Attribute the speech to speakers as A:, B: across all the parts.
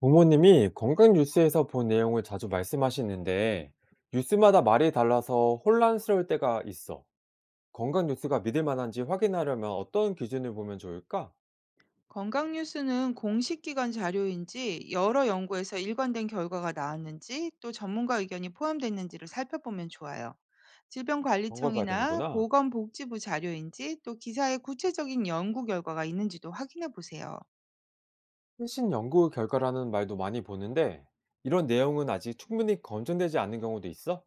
A: 부모님이 건강 뉴스에서 본 내용을 자주 말씀하시는데, 뉴스마다 말이 달라서 혼란스러울 때가 있어. 건강 뉴스가 믿을 만한지 확인하려면 어떤 기준을 보면 좋을까?
B: 건강 뉴스는 공식 기관 자료인지 여러 연구에서 일관된 결과가 나왔는지 또 전문가 의견이 포함됐는지를 살펴보면 좋아요.
A: 그런 걸 봐야
B: 질병관리청이나
A: 되는구나.
B: 보건복지부 자료인지 또 기사에 구체적인 연구 결과가 있는지도 확인해 보세요.
A: 최신 연구 결과라는 말도 많이 보는데, 이런 내용은 아직 충분히 검증되지 않은 경우도 있어?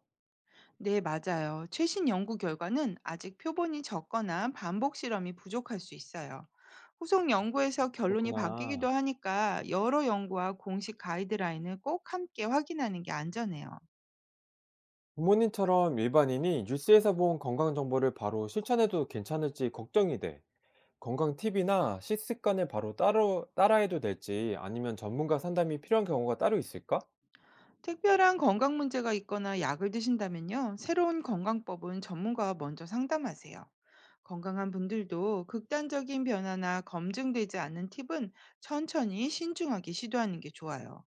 B: 네, 맞아요. 최신 연구 결과는 아직 표본이 적거나 반복 실험이 부족할 수 있어요. 후속 연구에서 결론이 바뀌기도
A: 그렇구나.
B: 하니까 여러 연구와 공식 가이드라인을 꼭 함께 확인하는 게 안전해요.
A: 부모님처럼 일반인이 뉴스에서 본 건강 정보를 바로 실천해도 괜찮을지 걱정이 돼. 건강 팁이나 식습관을 바로 따로 따라해도 될지 아니면 전문가 상담이 필요한 경우가 따로 있을까?
B: 특별한 건강 문제가 있거나 약을 드신다면요, 새로운 건강법은 전문가와 먼저 상담하세요. 건강한 분들도 극단적인 변화나 검증되지 않은 팁은 천천히 신중하게 시도하는 게 좋아요.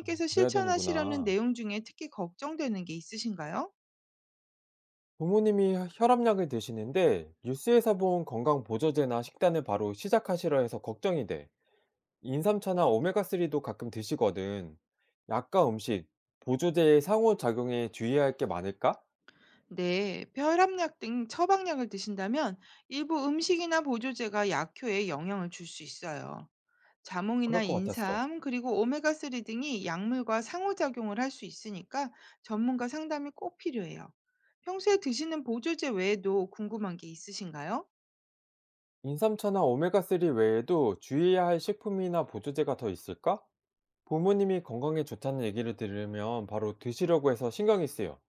A: 어, 그래야
B: 실천하시려는
A: 되는구나.
B: 내용 중에 특히 걱정되는 게 있으신가요?
A: 부모님이 압약을 드시는데 뉴스에서 본 건강 보조제나 식단을 바로 시작하시려 해서 걱정이 돼. 인삼차나 오메가3도 가끔 드시거든. 약과 음식, 보조제의 상호작용에 주의해야 할 게 많을까?
B: 네, 혈압약 등 처방약을 드신다면 일부 음식이나 보조제가 약효에 영향을 줄 수 있어요. 자몽이나
A: 그럴 것 같았어.
B: 인삼, 그리고 오메가3 등이 약물과 상호작용을 할 수 있으니까 전문가 상담이 꼭 필요해요. 평소에 드시는 보조제 외에도 궁금한 게 있으신가요?
A: 인삼차나 오메가3 외에도 주의해야 할 식품이나 보조제가 더 있을까? 부모님이 건강에 좋다는 얘기를 들으면 바로 드시려고 해서 신경이 쓰여.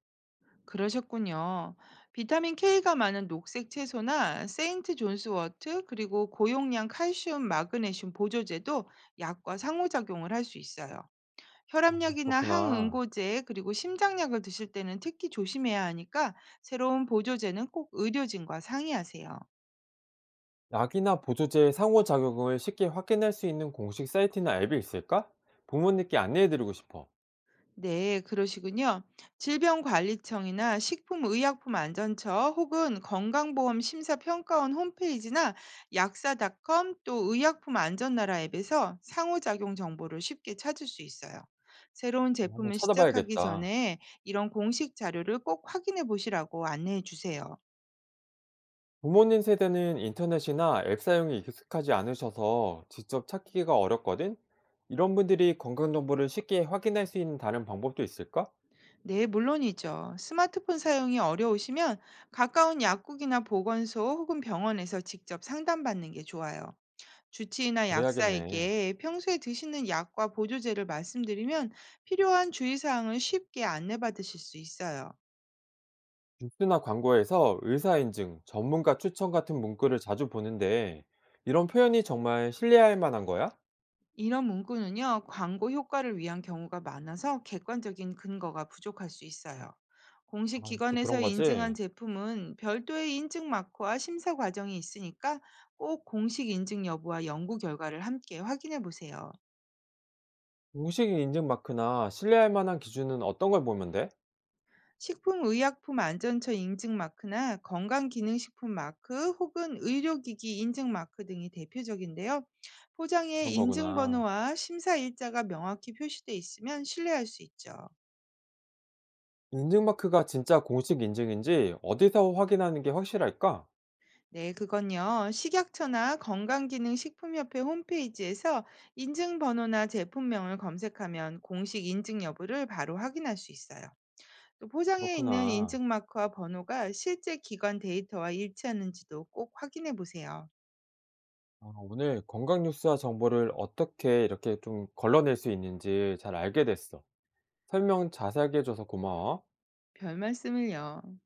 B: 그러셨군요. 비타민 K가 많은 녹색 채소나 세인트 존스워트, 그리고 고용량 칼슘, 마그네슘 보조제도 약과 상호작용을 할 수 있어요.
A: 아,
B: 혈압약이나
A: 그렇구나.
B: 항응고제, 그리고 심장약을 드실 때는 특히 조심해야 하니까 새로운 보조제는 꼭 의료진과 상의하세요.
A: 약이나 보조제의 상호작용을 쉽게 확인할 수 있는 공식 사이트나 앱이 있을까? 부모님께 안내해드리고 싶어.
B: 네, 그러시군요. 질병관리청이나 식품의약품안전처 혹은 건강보험심사평가원 홈페이지나 약사닷컴 또 의약품안전나라 앱에서 상호작용 정보를 쉽게 찾을 수 있어요. 새로운
A: 어, 한번
B: 제품을 시작하기
A: 찾아봐야겠다.
B: 전에 이런 공식 자료를 꼭 확인해 보시라고 안내해 주세요.
A: 부모님 세대는 인터넷이나 앱 사용이 익숙하지 않으셔서 직접 찾기가 어렵거든? 이런 분들이 건강정보를 쉽게 확인할 수 있는 다른 방법도 있을까?
B: 네, 물론이죠. 스마트폰 사용이 어려우시면 가까운 약국이나 보건소 혹은 병원에서 직접 상담받는 게 좋아요. 주치의나
A: 그래야겠네.
B: 약사에게 평소에 드시는 약과 보조제를 말씀드리면 필요한 주의사항을 쉽게 안내받으실 수 있어요.
A: 뉴스나 광고에서 의사인증, 전문가 추천 같은 문구를 자주 보는데 이런 표현이 정말 신뢰할 만한 거야?
B: 이런 문구는요, 광고 효과를 위한 경우가 많아서 객관적인 근거가 부족할 수 있어요. 공식
A: 아, 역시 그런
B: 기관에서 인증한
A: 거지.
B: 제품은 별도의 인증 마크와 심사 과정이 있으니까 꼭 공식 인증 여부와 연구 결과를 함께 확인해 보세요.
A: 공식 인증 마크나 신뢰할 만한 기준은 어떤 걸 보면 돼?
B: 식품의약품안전처 인증 마크나 건강기능식품 마크 혹은 의료기기 인증 마크 등이 대표적인데요. 포장에
A: 그런
B: 인증
A: 거구나.
B: 번호와 심사 일자가 명확히 표시돼 있으면 신뢰할 수 있죠.
A: 인증 마크가 진짜 공식 인증인지 어디서 확인하는 게 확실할까?
B: 네, 그건요. 식약처나 건강기능식품협회 홈페이지에서 인증 번호나 제품명을 검색하면 공식 인증 여부를 바로 확인할 수 있어요. 또 포장에 있는
A: 그렇구나.
B: 인증 마크와 번호가 실제 기관 데이터와 일치하는지도 꼭 확인해 보세요.
A: 아, 오늘 건강 뉴스와 정보를 어떻게 이렇게 좀 걸러낼 수 있는지 잘 알게 됐어. 설명 자세하게 해줘서 고마워.
B: 별말씀을요.